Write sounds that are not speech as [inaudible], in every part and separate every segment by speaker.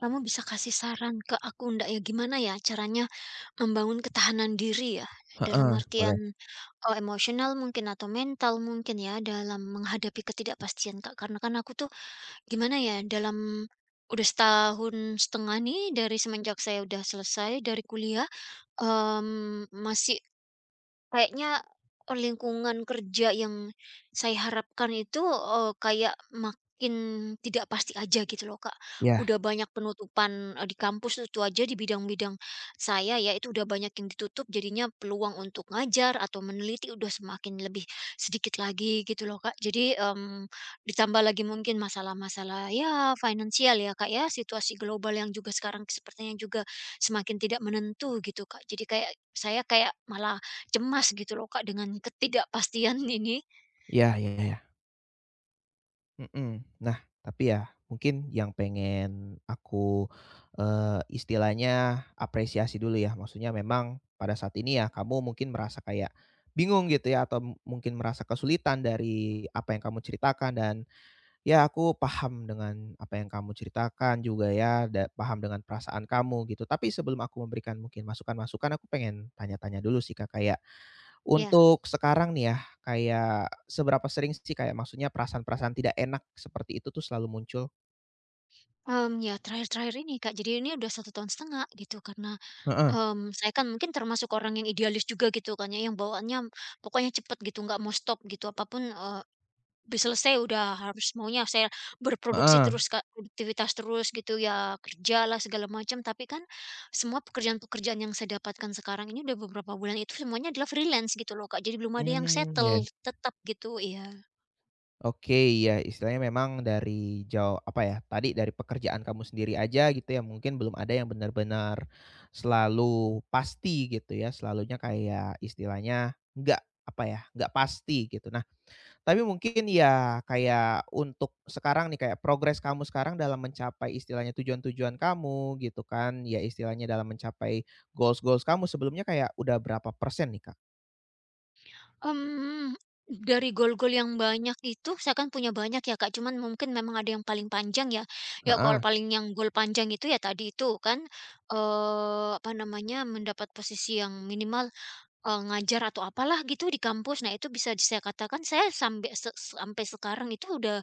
Speaker 1: Kamu bisa kasih saran ke aku ndak ya, gimana ya caranya membangun ketahanan diri ya, dalam
Speaker 2: Heeh,
Speaker 1: artian,
Speaker 2: boleh.
Speaker 1: emosional mungkin atau mental mungkin ya, dalam menghadapi ketidakpastian, Kak. Karena kan aku tuh gimana ya, dalam udah setahun setengah nih dari semenjak saya udah selesai dari kuliah, masih kayaknya, lingkungan kerja yang saya harapkan itu, kayak makin tidak pasti aja gitu loh, Kak.
Speaker 2: Iya
Speaker 1: Udah banyak penutupan, di kampus itu aja di bidang-bidang saya ya, itu udah banyak yang ditutup jadinya peluang untuk ngajar atau meneliti udah semakin lebih sedikit lagi gitu loh, Kak. Jadi, ditambah lagi mungkin masalah-masalah ya finansial ya, Kak, ya, situasi global yang juga sekarang sepertinya juga semakin tidak menentu gitu, Kak. Jadi kayak saya kayak malah cemas gitu loh Kak, dengan ketidakpastian [laughs] ini.
Speaker 2: iya iya iya. Mhm. Nah, tapi ya mungkin yang pengen aku, istilahnya apresiasi dulu ya, maksudnya memang pada saat ini ya kamu mungkin merasa kayak bingung gitu ya atau mungkin merasa kesulitan dari apa yang kamu ceritakan dan ya aku paham dengan apa yang kamu ceritakan juga ya, paham dengan perasaan kamu gitu. Tapi sebelum aku memberikan mungkin masukan-masukan, aku pengen tanya-tanya dulu sih Kak,
Speaker 1: Ya,
Speaker 2: untuk sekarang nih ya, kayak seberapa sering sih kayak maksudnya perasaan-perasaan tidak enak seperti itu tuh selalu muncul?
Speaker 1: ya terakhir-terakhir ini Kak, jadi ini udah satu tahun setengah gitu karena,
Speaker 2: Heeh
Speaker 1: saya kan mungkin termasuk orang yang idealis juga gitu kan ya, yang bawaannya pokoknya cepet gitu, nggak mau stop gitu, apapun, udah selesai udah harus maunya saya berproduksi
Speaker 2: heeh.
Speaker 1: terus Kak, produktivitas terus gitu ya, kerja lah segala macam. Tapi kan semua pekerjaan-pekerjaan yang saya dapatkan sekarang ini udah beberapa bulan itu semuanya adalah freelance gitu loh Kak, jadi belum ada yang
Speaker 2: Mmm, ya.
Speaker 1: settle tetap gitu, iya.
Speaker 2: Oke, iya istilahnya memang dari jauh apa ya, tadi dari pekerjaan kamu sendiri aja gitu ya, mungkin belum ada yang benar-benar selalu pasti gitu ya, selalunya kayak istilahnya nggak, apa ya, nggak pasti gitu. Tapi mungkin ya kayak untuk sekarang nih, kayak progres kamu sekarang dalam mencapai istilahnya tujuan-tujuan kamu gitu kan, ya istilahnya dalam mencapai goals-goals kamu sebelumnya kayak udah berapa persen nih, Kak?
Speaker 1: Mmm, dari gol-gol yang banyak itu saya kan punya banyak ya Kak, cuman mungkin memang ada yang paling panjang ya. Ya kalau
Speaker 2: Heeh,
Speaker 1: paling yang gol panjang itu ya tadi itu kan, apa namanya, mendapat posisi yang minimal ngajar atau apalah gitu di kampus. Nah, itu bisa saya katakan saya sampai sekarang itu udah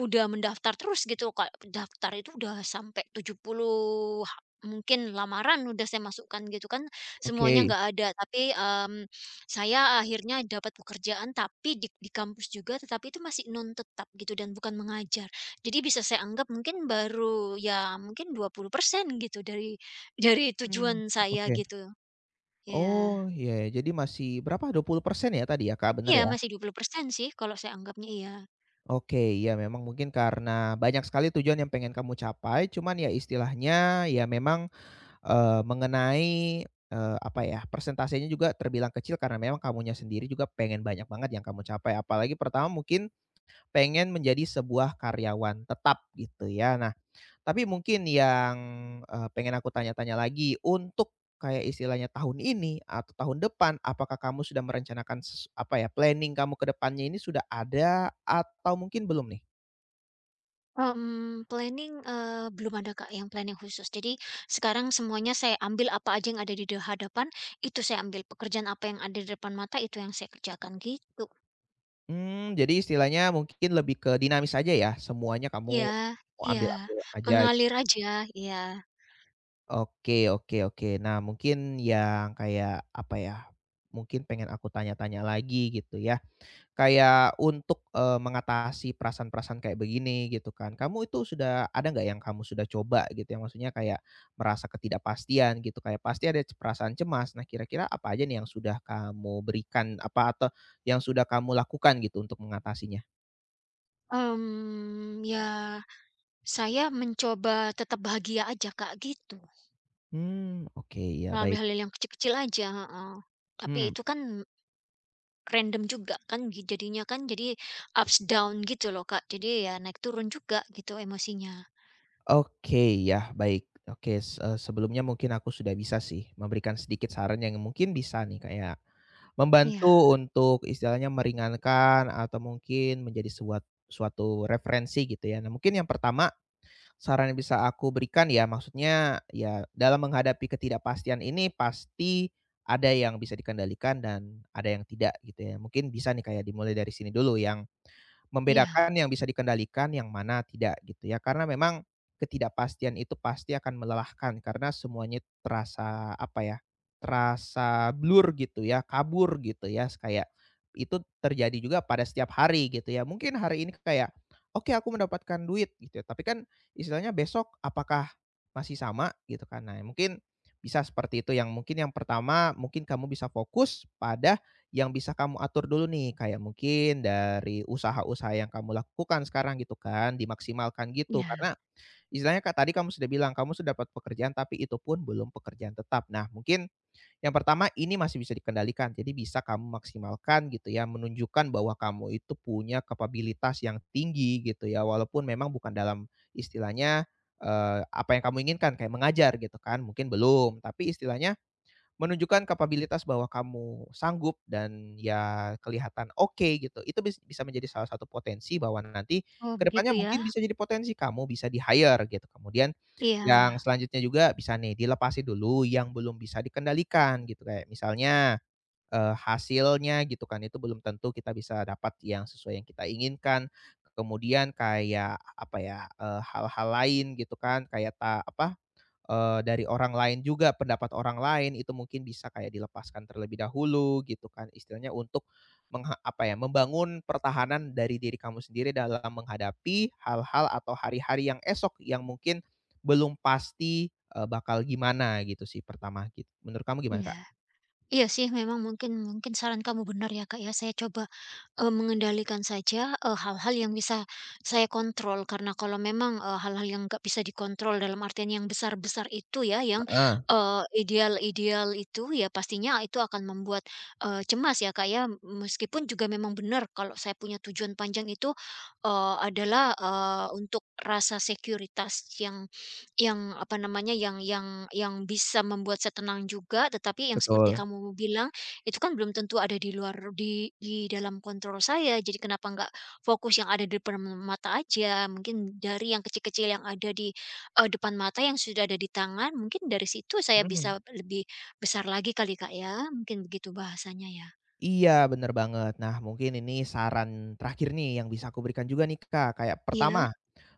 Speaker 1: udah mendaftar terus gitu, Kak. Daftar itu udah sampai 70 mungkin lamaran udah saya masukkan gitu kan, semuanya
Speaker 2: oke.
Speaker 1: nggak ada. Tapi, saya akhirnya dapat pekerjaan tapi di kampus juga, tetapi itu masih non tetap gitu dan bukan mengajar. Jadi bisa saya anggap mungkin baru ya mungkin 20% gitu dari
Speaker 2: Mmm.
Speaker 1: tujuan saya
Speaker 2: Oke.
Speaker 1: gitu. Ya.
Speaker 2: Oh, ya ya, jadi masih berapa, 20% ya tadi ya, Kak, bener
Speaker 1: Iya,
Speaker 2: ya?
Speaker 1: masih 20% sih kalau saya anggapnya, iya.
Speaker 2: Oke, iya memang mungkin karena banyak sekali tujuan yang pengen kamu capai, cuman ya istilahnya ya memang mengenai, apa ya, persentasenya juga terbilang kecil karena memang kamunya sendiri juga pengen banyak banget yang kamu capai. Apalagi pertama mungkin pengen menjadi sebuah karyawan tetap gitu ya. Nah, tapi mungkin yang, pengen aku tanya-tanya lagi, untuk kayak istilahnya tahun ini atau tahun depan, apakah kamu sudah merencanakan apa ya, planning kamu ke depannya ini sudah ada atau mungkin belum nih?
Speaker 1: Planning, belum ada Kak yang planning khusus. Jadi sekarang semuanya saya ambil apa aja yang ada di hadapan, itu saya ambil. Pekerjaan apa yang ada di depan mata, itu yang saya kerjakan, gitu.
Speaker 2: Mmm, jadi istilahnya mungkin lebih ke dinamis aja ya, semuanya kamu
Speaker 1: Iya,
Speaker 2: mau
Speaker 1: iya,
Speaker 2: ambil-ambil aja.
Speaker 1: mengalir aja, iya.
Speaker 2: Oke oke oke. Nah, mungkin yang kayak, apa ya, mungkin pengen aku tanya-tanya lagi gitu ya. Kayak untuk, mengatasi perasaan-perasaan kayak begini gitu kan, kamu itu sudah ada nggak yang kamu sudah coba gitu ya? Maksudnya kayak merasa ketidakpastian gitu, kayak pasti ada perasaan cemas. Nah, kira-kira apa aja nih yang sudah kamu berikan apa atau yang sudah kamu lakukan gitu untuk mengatasinya?
Speaker 1: Ya, saya mencoba tetap bahagia aja Kak, gitu.
Speaker 2: Hmm, oke, ya
Speaker 1: Melalui
Speaker 2: baik.
Speaker 1: hal yang kecil-kecil aja, heeh. Tapi
Speaker 2: Hmm.
Speaker 1: itu kan random juga kan jadinya kan, jadi ups down gitu loh, Kak. Jadi ya naik turun juga gitu emosinya.
Speaker 2: Oke, ya, baik. Oke, sebelumnya mungkin aku sudah bisa sih memberikan sedikit saran yang mungkin bisa nih kayak
Speaker 1: Iya,
Speaker 2: membantu untuk istilahnya meringankan atau mungkin menjadi sebuah suatu referensi gitu ya. Nah, mungkin yang pertama saran yang bisa aku berikan ya maksudnya ya dalam menghadapi ketidakpastian ini pasti ada yang bisa dikendalikan dan ada yang tidak gitu ya. Mungkin bisa nih kayak dimulai dari sini dulu yang membedakan
Speaker 1: iya,
Speaker 2: yang bisa dikendalikan, yang mana tidak gitu ya. Karena memang ketidakpastian itu pasti akan melelahkan karena semuanya terasa apa ya, terasa blur gitu ya, kabur gitu ya, kayak itu terjadi juga pada setiap hari gitu ya. Mungkin hari ini kayak, "Oke aku mendapatkan duit," gitu ya, tapi kan istilahnya besok apakah masih sama gitu kan. Nah, mungkin bisa seperti itu yang mungkin yang pertama mungkin kamu bisa fokus pada yang bisa kamu atur dulu nih, kayak mungkin dari usaha-usaha yang kamu lakukan sekarang gitu kan, dimaksimalkan gitu.
Speaker 1: iya.
Speaker 2: Karena istilahnya Kak, tadi kamu sudah bilang kamu sudah dapat pekerjaan tapi itu pun belum pekerjaan tetap. Nah, mungkin yang pertama ini masih bisa dikendalikan, jadi bisa kamu maksimalkan gitu ya, menunjukkan bahwa kamu itu punya kapabilitas yang tinggi gitu ya, walaupun memang bukan dalam istilahnya, apa yang kamu inginkan, kayak mengajar gitu kan, mungkin belum, tapi istilahnya menunjukkan kapabilitas bahwa kamu sanggup dan ya kelihatan oke gitu, itu bisa menjadi salah satu potensi bahwa nanti
Speaker 1: Oh,
Speaker 2: ke
Speaker 1: begitu
Speaker 2: depannya
Speaker 1: ya?
Speaker 2: mungkin bisa jadi potensi kamu bisa di-hire gitu. Kemudian
Speaker 1: Iya,
Speaker 2: yang selanjutnya juga bisa nih dilepasi dulu yang belum bisa dikendalikan gitu, kayak misalnya, hasilnya gitu kan, itu belum tentu kita bisa dapat yang sesuai yang kita inginkan. Kemudian kayak apa ya, hal-hal lain gitu kan, kayak apa, dari orang lain juga, pendapat orang lain itu mungkin bisa kayak dilepaskan terlebih dahulu gitu kan, istilahnya untuk apa ya, membangun pertahanan dari diri kamu sendiri dalam menghadapi hal-hal atau hari-hari yang esok yang mungkin belum pasti, bakal gimana gitu sih pertama gitu. Menurut kamu gimana,
Speaker 1: iya.
Speaker 2: Kak?
Speaker 1: Iya sih memang mungkin mungkin saran kamu benar ya, Kak, ya. Saya coba mengendalikan saja, hal-hal yang bisa saya kontrol, karena kalau memang, hal-hal yang nggak bisa dikontrol dalam artian yang besar-besar itu ya, yang,
Speaker 2: Heeh,
Speaker 1: ideal-ideal itu, ya pastinya itu akan membuat, cemas ya, Kak, ya. Meskipun juga memang benar kalau saya punya tujuan panjang itu, adalah, untuk rasa sekuritas yang apa namanya, yang bisa membuat saya tenang juga, tetapi yang seperti
Speaker 2: betul.
Speaker 1: kamu bilang itu kan belum tentu ada di luar di dalam kontrol saya, jadi kenapa nggak fokus yang ada di depan mata aja, mungkin dari yang kecil-kecil yang ada di, depan mata yang sudah ada di tangan, mungkin dari situ saya
Speaker 2: Mhm.
Speaker 1: bisa lebih besar lagi kali, Kak, ya, mungkin begitu bahasanya ya?
Speaker 2: Iya, bener banget. Nah, mungkin ini saran terakhir nih yang bisa aku berikan juga nih, Kak. Kayak
Speaker 1: Iya?
Speaker 2: pertama,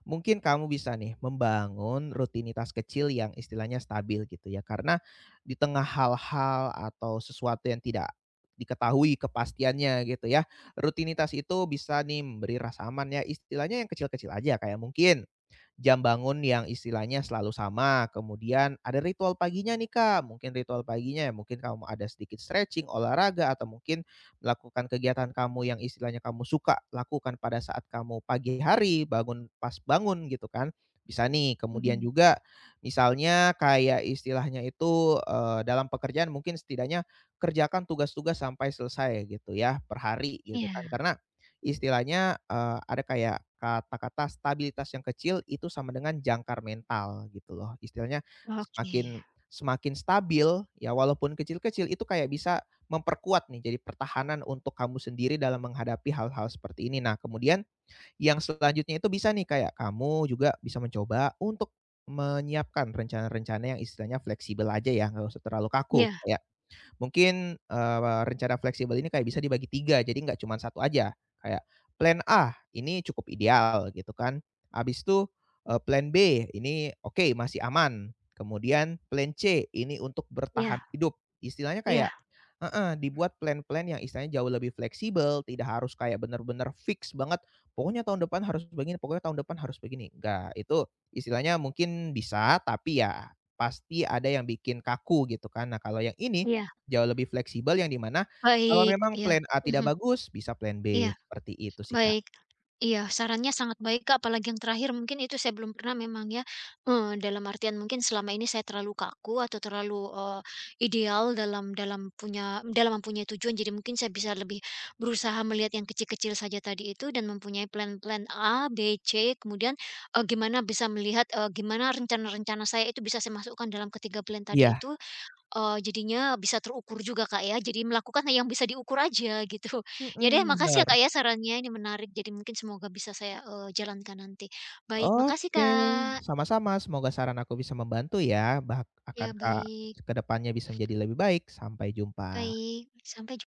Speaker 2: mungkin kamu bisa nih membangun rutinitas kecil yang istilahnya stabil gitu ya. Karena di tengah hal-hal atau sesuatu yang tidak diketahui kepastiannya gitu ya. Rutinitas itu bisa nih memberi rasa aman ya. Istilahnya yang kecil-kecil aja kayak mungkin jam bangun yang istilahnya selalu sama, kemudian ada ritual paginya nih, Kak. Mungkin ritual paginya ya mungkin kamu ada sedikit stretching, olahraga, atau mungkin melakukan kegiatan kamu yang istilahnya kamu suka lakukan pada saat kamu pagi hari, bangun pas bangun gitu kan, bisa nih. Kemudian
Speaker 1: Mhm.
Speaker 2: juga misalnya kayak istilahnya itu, dalam pekerjaan mungkin setidaknya kerjakan tugas-tugas sampai selesai gitu ya, per hari gitu
Speaker 1: Iya,
Speaker 2: kan. Karena istilahnya, ada kayak kata-kata stabilitas yang kecil itu sama dengan jangkar mental gitu loh. Istilahnya
Speaker 1: oke.
Speaker 2: semakin semakin stabil, ya walaupun kecil-kecil itu kayak bisa memperkuat nih, jadi pertahanan untuk kamu sendiri dalam menghadapi hal-hal seperti ini. Nah, kemudian yang selanjutnya itu bisa nih kayak kamu juga bisa mencoba untuk menyiapkan rencana-rencana yang istilahnya fleksibel aja ya, nggak usah terlalu kaku.
Speaker 1: Iya,
Speaker 2: Kayak mungkin, rencana fleksibel ini kayak bisa dibagi 3 jadi nggak cuma satu aja. Kayak plan A, ini cukup ideal gitu kan, habis itu, plan B, ini oke, masih aman, kemudian plan C, ini untuk bertahan
Speaker 1: iya,
Speaker 2: hidup. Istilahnya
Speaker 1: iya,
Speaker 2: kayak heeh, dibuat plan-plan yang istilahnya jauh lebih fleksibel, tidak harus kayak benar-benar fix banget, "Pokoknya tahun depan harus begini pokoknya tahun depan harus begini." Nggak, itu istilahnya mungkin bisa, tapi ya pasti ada yang bikin kaku gitu kan. Nah, kalau yang ini
Speaker 1: iya.
Speaker 2: jauh lebih fleksibel yang di mana kalau
Speaker 1: Baik,
Speaker 2: memang
Speaker 1: iya.
Speaker 2: plan A tidak
Speaker 1: Mhm,
Speaker 2: bagus, bisa plan B,
Speaker 1: iya,
Speaker 2: seperti itu sih, Kak.
Speaker 1: baik. Iya, sarannya sangat baik, Kak, apalagi yang terakhir mungkin itu saya belum pernah memang ya, dalam artian mungkin selama ini saya terlalu kaku atau terlalu, ideal dalam dalam punya dalam mempunyai tujuan, jadi mungkin saya bisa lebih berusaha melihat yang kecil-kecil saja tadi itu dan mempunyai plan-plan A, B, C, kemudian, gimana bisa melihat, gimana rencana-rencana saya itu bisa saya masukkan dalam ketiga plan tadi
Speaker 2: Iya,
Speaker 1: itu, jadinya bisa terukur juga, Kak, ya. Jadi melakukan yang bisa diukur aja gitu. [laughs]
Speaker 2: mhm,
Speaker 1: Ya deh, makasih ya,
Speaker 2: bener.
Speaker 1: Kak, ya sarannya, ini menarik. Jadi mungkin semoga bisa saya, jalankan nanti. Baik, makasih,
Speaker 2: Oke,
Speaker 1: Kak.
Speaker 2: sama-sama, semoga saran aku bisa membantu ya, bah akan
Speaker 1: Ya,
Speaker 2: Kak,
Speaker 1: baik,
Speaker 2: ke depannya bisa menjadi lebih baik. Sampai jumpa.
Speaker 1: baik, sampai jumpa.